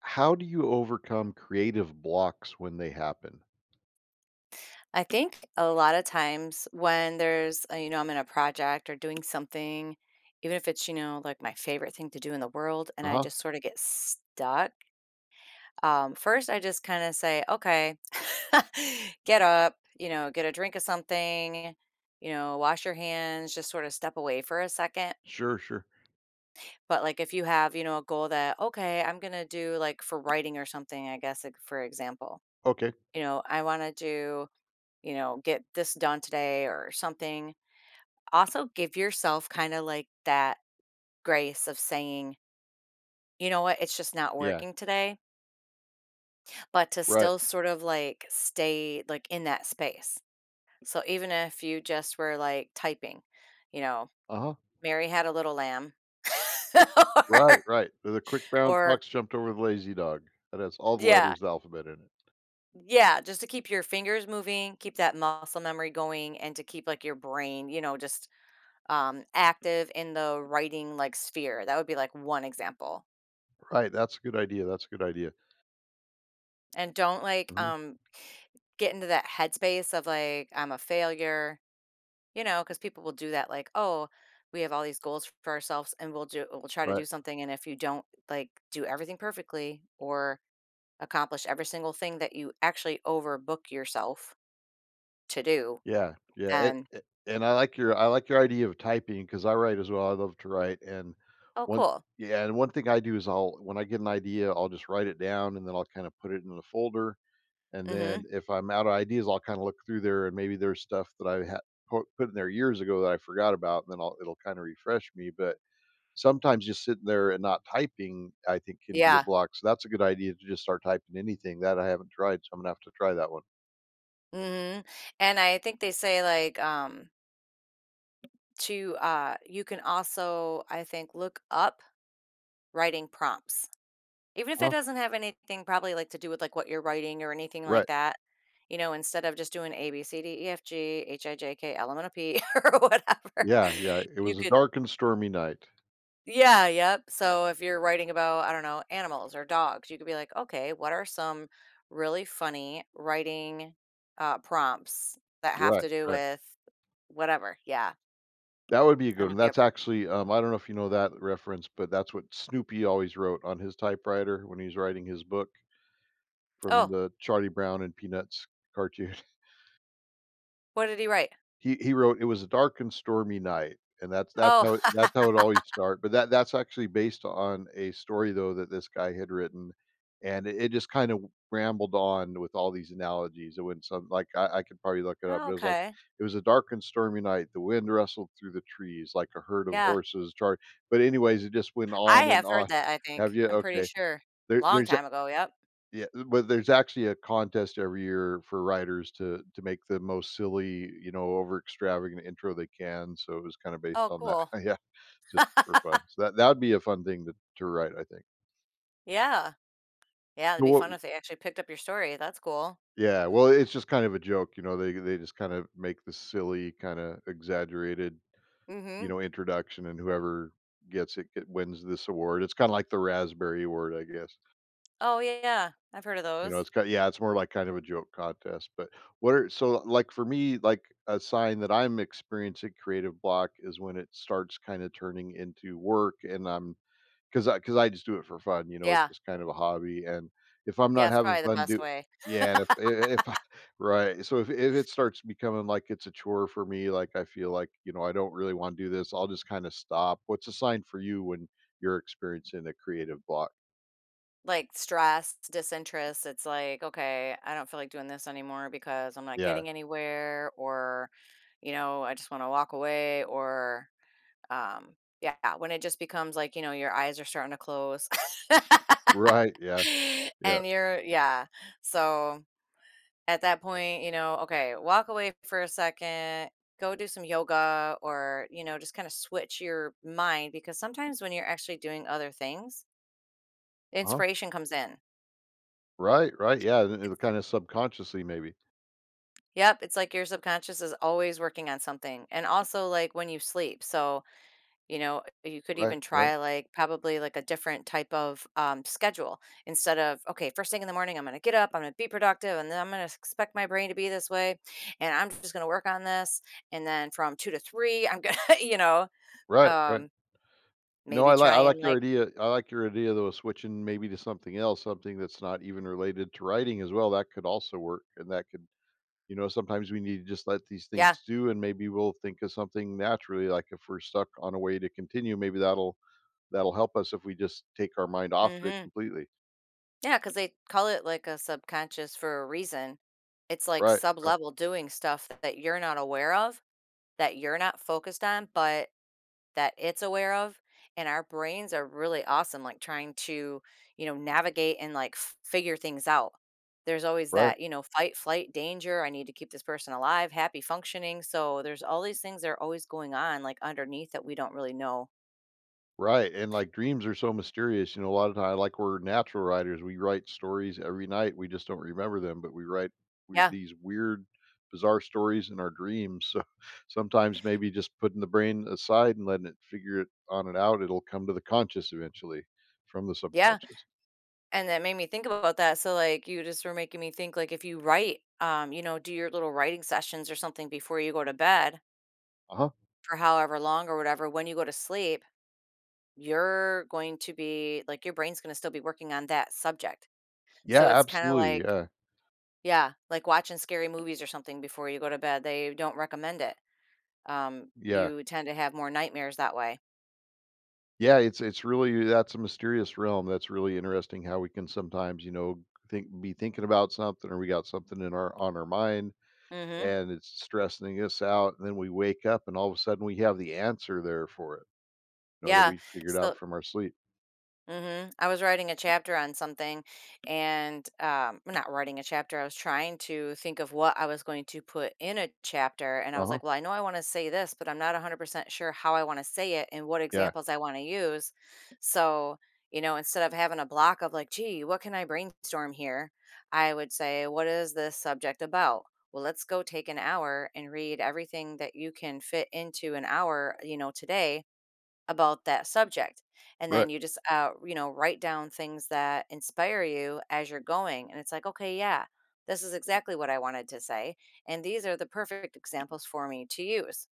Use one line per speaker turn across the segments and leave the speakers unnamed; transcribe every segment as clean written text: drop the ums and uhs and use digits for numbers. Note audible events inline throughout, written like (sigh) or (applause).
How do you overcome creative blocks when they happen?
I think a lot of times when I'm in a project or doing something, even if it's, like my favorite thing to do in the world, and I
Uh-huh.
just sort of get stuck. First, I just kind of say, okay, (laughs) get up, get a drink of something, wash your hands, just sort of step away for a second.
Sure, sure.
But like if you have, a goal that, okay, I'm going to do like for writing or something, I guess, like for example,
Okay.
I want to do, get this done today or something. Also give yourself kind of like that grace of saying, you know what, it's just not
Yeah.
working today, but to
Right.
still sort of like stay like in that space. So even if you just were like typing, you know,
Uh-huh.
Mary had a little lamb (laughs)
Right,
or,
right. The quick brown
or
fox jumped over the lazy dog. That has all the
yeah,
letters of the alphabet in it.
yeah, just to keep your fingers moving, keep that muscle memory going and to keep like your brain, just active in the writing like sphere. That would be like one example.
Right. That's a good idea. That's a good idea.
And don't like
Mhm.
get into that headspace of like I'm a failure, because people will do that. Like, oh, we have all these goals for ourselves, and we'll try to do
Right.
something, and if you don't like do everything perfectly or accomplish every single thing that you actually overbook yourself to do,
Yeah. Yeah.
and
And I like your idea of typing because I write as well. I love to write. And
oh,
one
cool.
yeah, and one thing I do is I'll when I get an idea, I'll just write it down and then I'll kind of put it in the folder. And
Mm-hmm.
then if I'm out of ideas, I'll kinda look through there, and maybe there's stuff that I had put in there years ago that I forgot about, and then I'll it'll kinda refresh me. But sometimes just sitting there and not typing, I think, can be a
Yeah.
block, so that's a good idea to just start typing anything. That I haven't tried, so I'm gonna have to try that one.
Mm-hmm. And I think they say like to you can also I think look up writing prompts. Even if it
Huh?
doesn't have anything probably, like, to do with, like, what you're writing or anything like
Right.
that, instead of just doing A, B, C, D, E, F, G, H, I, J, K, L, M, N, O, P, (laughs) or whatever,
Yeah, yeah, it
you
was a
could.
dark and stormy night.
Yeah, yep. So if you're writing about, I don't know, animals or dogs, you could be like, "Okay, what are some really funny writing, prompts that have
Right,
to do
right.
with whatever?" Yeah.
That would be a
I don't
good
know
one.
if you
That's
ever.
actually, I don't know if you know that reference, but that's what Snoopy always wrote on his typewriter when he's writing his book from
Oh,
the Charlie Brown and Peanuts cartoon.
what did he write?
He wrote, "It was a dark and stormy night," and that's that's
Oh.
how it- that's how it
(laughs)
always starts. But that's actually based on a story, though, that this guy had written, and it just kind of rambled on with all these analogies. It went some like, I could probably look it up,
Oh,
but it was like,
okay.
"It was a dark and stormy night. The wind rustled through the trees like a herd of
Yeah.
horses char," but anyways, it just went
I
on and
have heard
on.
that, I think.
Have you?
I'm pretty
Okay.
sure.
There
Long
there's
time ago, yep.
yeah, but there's actually a contest every year for writers to make the most silly, you know, over extravagant intro they can, so it was kinda based
Oh,
on that.
cool.
(laughs) Yeah, just for
(laughs)
fun. So that would be a fun thing to write, I think.
Yeah. Yeah, it'd
So
be
what?
fun if they actually picked up your story, that's cool.
Yeah, well, it's just kind of a joke, you know, they just kind of make the silly, kinda exaggerated, you
Mhm.
know, introduction, and whoever gets it, it wins this award. It's kinda like the raspberry award, I guess.
Oh, yeah, I've heard of
You know,
those.
it's got yeah, it's more like kind of a joke contest. But what are so like for me, like a sign that I'm experiencing creative block is when it starts kind of turning into work, and I'm because I just do it for fun, you know, it's
Yeah.
just kind of a hobby. And if I'm
Yeah,
not
it's
having
probably the
fun,
best
do
way.
yeah, and if I- (laughs) right, so if it starts becoming like it's a chore for me, like I feel like you know I don't really want to do this, I'll just kind of stop. What's a sign for you when you're experiencing a creative block?
Like, stress, disinterest, it's like, "Okay, I don't feel like doing this anymore because I'm not
Yeah,
getting anywhere," or, "I just wanna walk away," or, um yeah, when it just becomes like, your eyes are starting to close. (laughs)
right, yeah,
(laughs)
yeah,
And you're, yeah, so at that point, okay, walk away for a second. Go do some yoga or just kind of switch your mind because sometimes when you're actually doing other things
uh huh.
inspiration comes in.
Right, right, yeah, and it'll
it's,
kinda subconsciously maybe.
yep, it's like your subconscious is always working on something and also like when you sleep, so. You could
Right,
even
right,
try like probably like a different type of schedule instead of, okay, first thing in the morning, I'm going to get up, I'm going to be productive, and then I'm going to expect my brain to be this way. And I'm just going to work on this. And then from 2 to 3, I'm going to, (laughs)
right, right.
um,
No,
maybe
I like
try
I
and
like your
like,
idea I like your idea, though, of switching maybe to something else, something that's not even related to writing as well. That could also work, and that could you know, sometimes we need to just let these
yeah.
things do, and maybe we'll think of something naturally, like if we're stuck on a way to continue, maybe that'll that'll help us if we just take our mind off of it
Hmm.
completely.
Yeah. Cause they call it like a subconscious for a reason. It's like
Right,
sub
right,
level doing stuff that you're not aware of, that you're not focused on, but that it's aware of, and our brains are really awesome like trying to, navigate and like figure things out. There's always
right.
that, fight, flight, danger, I need to keep this person alive, happy, functioning, so there's all these things that are always going on like underneath that we don't really know.
Right, and, like, dreams are so mysterious, you know, a lot of time like, we're natural writers, we write stories every night, we just don't remember them, but we write weird
Yeah,
these weird, bizarre stories in our dreams, so (laughs) sometimes maybe just putting the brain aside and letting it figure it on it out, it'll come to the conscious eventually from the
yeah.
subconscious.
And that made me think about that, so like you just were making me think like if you write, do your little writing sessions or something before you go to bed
Uh-huh.
for however long or whatever. When you go to sleep, you're going to be like your brain's going to still be working on that subject.
Yeah,
So it's kind of
absolutely,
like,
yeah,
yeah, like watching scary movies or something before you go to bed. They don't recommend it.
yeah.
You tend to have more nightmares that way.
Yeah, it's really that's a mysterious realm. That's really interesting how we can sometimes, you know, think be thinking about something, or we got something in our on our mind,
Hmm.
and it's stressing us out, and then we wake up, and all of a sudden we have the answer there for it, you know, that
Yeah.
we figured out
So.
from our sleep.
Mhm. I was writing a chapter on something, and well, not writing a chapter. I was trying to think of what I was going to put in a chapter and I was
Uh-huh.
like, well, I know I want to say this, but I'm not 100% sure how I want to say it and what
Yeah,
examples I want to use. So, instead of having a block of like, gee, what can I brainstorm here? I would say, what is this subject about? Well, let's go take an hour and read everything that you can fit into an hour, today, about that subject. And
right.
then you just, write down things that inspire you as you're going. And it's like, okay, yeah, this is exactly what I wanted to say. And these are the perfect examples for me to use.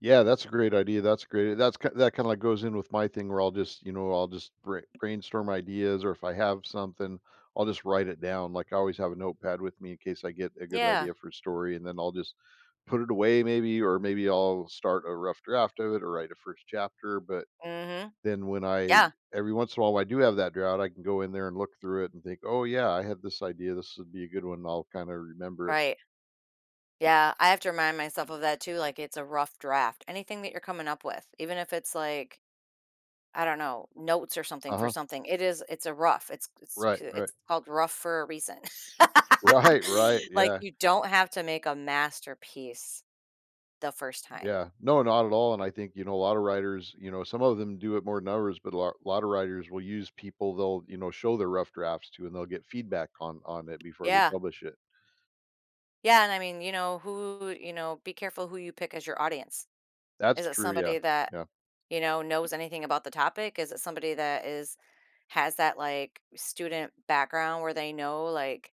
Yeah, that's a great idea. That's great. That's ki that kinda like goes in with my thing where I'll just, you know, I'll just brainstorm ideas, or if I have something, I'll just write it down. Like, I always have a notepad with me in case I get a good
Yeah.
idea for a story, and then I'll just put it away maybe, or maybe I'll start a rough draft of it or write a first chapter. But
Hmm.
then when I
Yeah.
every once in a while, I do have that drought, I can go in there and look through it and think, "Oh, yeah, I had this idea. This would be a good one." I'll kinda remember it.
Right. Yeah. I have to remind myself of that too. Like it's a rough draft. Anything that you're coming up with, even if it's like, I don't know, notes or something for
Uh-huh.
something. It's a rough.
Right, right.
It's
(laughs)
called rough for a reason. (laughs)
Right, right,
Like,
yeah,
you don't have to make a masterpiece the first time.
yeah. No, not at all, and I think, you know, a lot of writers, you know, some of them do it more than others, but a lot of writers will use people they'll, you know, show their rough drafts to, and they'll get feedback on it before they
Yeah.
publish it.
Yeah, and I mean, be careful who you pick as your audience.
That's
Is it
true, yeah.
somebody that,
Yeah.
knows anything about the topic? Is it somebody that is has that, like, student background where they know,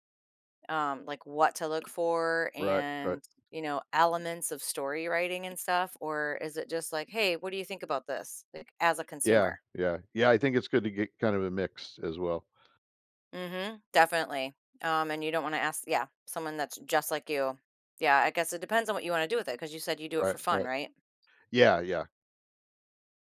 like what to look for
Right, right.
and elements of story writing and stuff, or is it just like, hey, what do you think about this like as a
Yeah,
consumer?
yeah. Yeah, I think it's good to get kind of a mix as well.
Mm-hmm, definitely. And you don't want to ask, yeah, someone that's just like you. Yeah, I guess it depends on what you want to do with it, because you said you do it for
Right,
fun,
right.
right?
Yeah, yeah.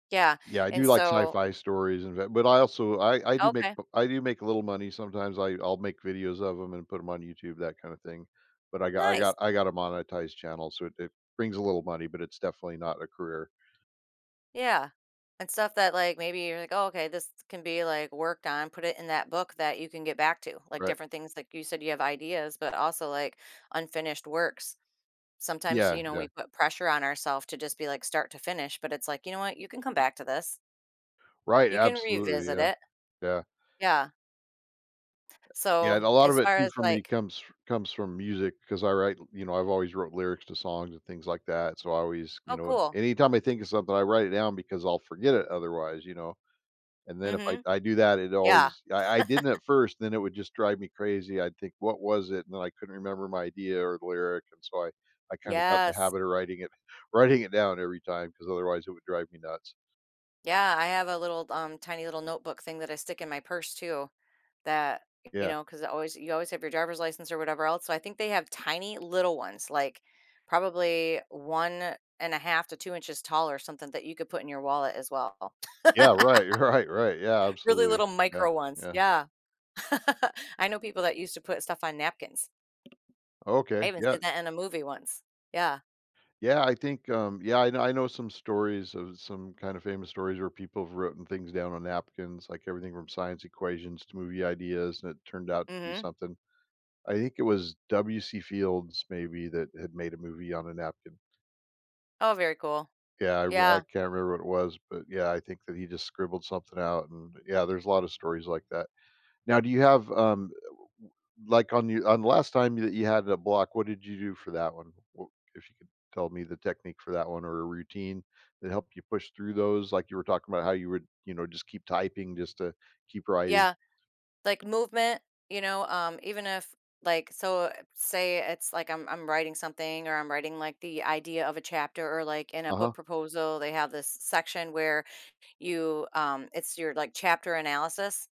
Yeah,
Yeah, I do
and
like
so.
sci-fi stories and that, but I also I do make
Okay,
I do make a little money sometimes, I'll make videos of them and put them on YouTube, that kinda thing. But I got I
nice.
got I got a monetized channel, so it brings a little money, but it's definitely not a career,
Yeah. And stuff that like maybe you're like, oh, okay, this can be like worked on, put it in that book that you can get back to. Like
right?
different things, like you said, you have ideas, but also like unfinished works. Sometimes,
Yeah, yeah.
we put pressure on ourselves to just be like start to finish, but it's like, you know what, you can come back to this.
Right,
You can
absolutely,
revisit
yeah,
it.
yeah.
Yeah.
Yeah,
So
and a lot of
as
it
far
too
as
for me
like,
comes from music, because I write you know, I've always wrote lyrics to songs and things like that, so I always you
oh,
know,
cool.
anytime I think of something, I write it down because I'll forget it otherwise, you know? And then if I
Mm-hmm.
I do that, it
Yeah.
always I didn't at first, then it would just drive me crazy. I'd think, "What was it?" And then I couldn't remember my idea or the lyric, and so I kinda got in the
Yes.
habit of writing it (laughs) writing it down every time, because otherwise it would drive me nuts.
Yeah. I have a little tiny little notebook thing that I stick in my purse too. That, you
Yeah.
know, because always you always have your driver's license or whatever else, so I think they have tiny little ones, like, probably 1.5 to 2 inches tall or something that you could put in your wallet as well.
Yeah, right, (laughs) right, right, yeah,
Really
absolutely.
little
Yeah,
micro ones,
yeah.
yeah. (laughs) I know people that used to put stuff on napkins. I
Okay,
even
yeah.
seen that in a movie once. Yeah,
Yeah, I think, yeah, I know some stories of some kind of famous stories where people have written things down on napkins, like everything from science equations to movie ideas, and it turned out to be
mhm.
something I think it was W.C. Fields maybe that had made a movie on a napkin.
Oh, very cool.
Yeah, I
Yeah,
can't remember what it was, but yeah, I think that he just scribbled something out, and yeah, there's a lot of stories like that. Now do you have, w like on you on the last time that you had a block, what did you do for that one? W If you could tell me the technique for that one or a routine that helped you push through those, like you were talking about how you would, you know, just keep typing just to keep writing.
yeah. Like movement, even if like so, say it's like, I'm writing something, or I'm writing like the idea of a chapter or like in a
Uh-huh.
book proposal, they have this section where you it's your like chapter analysis.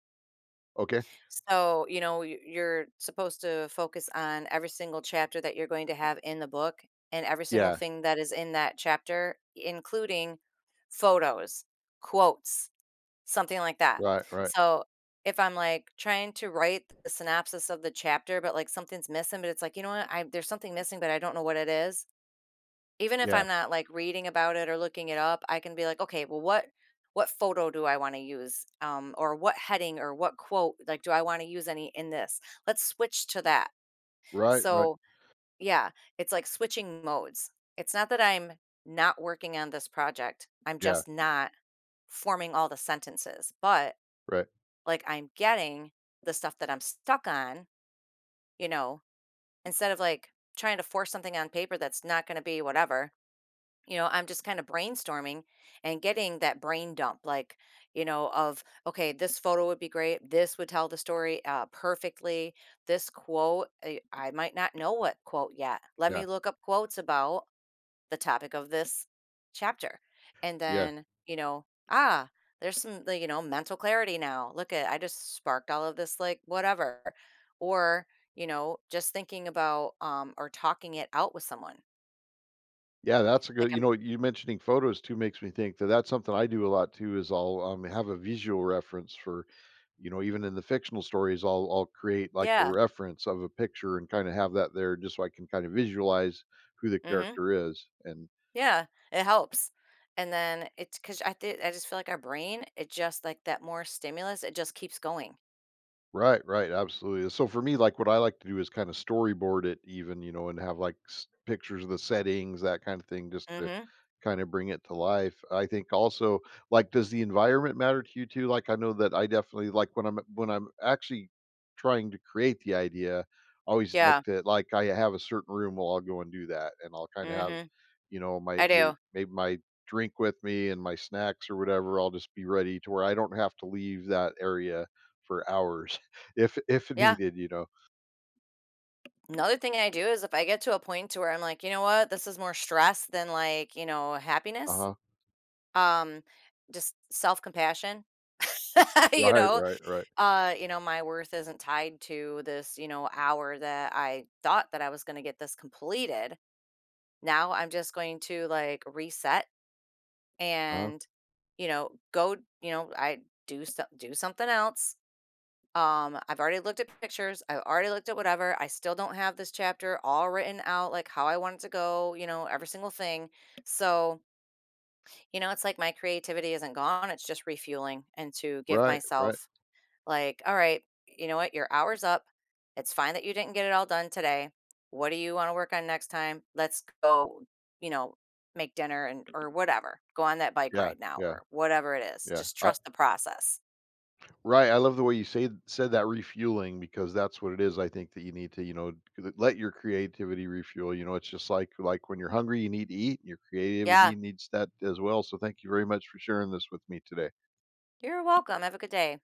Okay.
So, you're supposed to focus on every single chapter that you're going to have in the book and every single
Yeah.
thing that is in that chapter, including photos, quotes, something like that.
Right, right.
So, if I'm, like, trying to write the synopsis of the chapter, but, like, something's missing, but it's like, "You know what? I There's something missing, but I don't know what it is." Even if
Yeah.
I'm not, like, reading about it or looking it up, I can be like, "Okay, well, what photo do I wanna use?" Or what heading or what quote, like, "Do I wanna use any in this? Let's switch to that."
Right, right.
So, yeah, it's like switching modes. It's not that I'm not working on this project, I'm
Yeah.
just not forming all the sentences, but
Right.
like I'm getting the stuff that I'm stuck on, you know, instead of like trying to force something on paper that's not going to be whatever, I'm just kind of brainstorming and getting that brain dump, like, of, okay, this photo would be great. This would tell the story, perfectly. This quote, I might not know what quote yet. Let
Yeah.
me look up quotes about the topic of this chapter. And
Yeah.
then, there's some, like, mental clarity now. Look at, I just sparked all of this, like, whatever. Or, just thinking about, or talking it out with someone.
Yeah, that's a
Like,
good you
I'm,
know, you mentioning photos too makes me think that that's something I do a lot too is I'll, have a visual reference for you know, even in the fictional stories, I'll create, like, a
yeah,
reference of a picture and kinda have that there just so I can kinda visualize who the
mm-hmm,
character is, and
yeah, it helps. And then it's because I just feel like our brain, it just like that more stimulus, it just keeps going.
right, right, absolutely. So for me, like what I like to do is kind of storyboard it, even you know, and have like pictures of the settings, that kind of thing, just to
Mm-hmm.
kind of bring it to life. I think also, like, does the environment matter to you too? Like, I know that I definitely like when I'm actually trying to create the idea. I always like
Yeah.
to like I have a certain room where I'll go and do that, and I'll kind of have,
Mm-hmm.
you know, my
I
maybe
do.
maybe my drink with me and my snacks or whatever. I'll just be ready to where I don't have to leave that area for hours if
Yeah.
needed, you know.
Another thing I do is if I get to a point to where I'm like, you know what, this is more stress than like, happiness.
Uh-huh.
Um, just self compassion. (laughs) you
Right,
know,
right, right.
my worth isn't tied to this, hour that I thought that I was going to get this completed. Now I'm just going to like reset
Uh-huh.
and, go, I do do something else. I've already looked at pictures. I've already looked at whatever. I still don't have this chapter all written out, like how I want it to go, every single thing. So, it's like my creativity isn't gone. It's just refueling, and to give
Right, right.
myself, like, all right, you know what? Your hour's up. It's fine that you didn't get it all done today. What do you want to work on next time? Let's go, you know, make dinner, and or whatever. Go on that bike
Yeah,
ride now
yeah,
or whatever it is.
yeah.
Just
I
trust the process.
right, I love the way you say said that refueling, because that's what it is. I think that you need to, you know, l let your creativity refuel, you know, it's just like when you're hungry, you need to eat. Your
Yeah.
creativity needs that as well, so thank you very much for sharing this with me today.
You're welcome. Have a good day.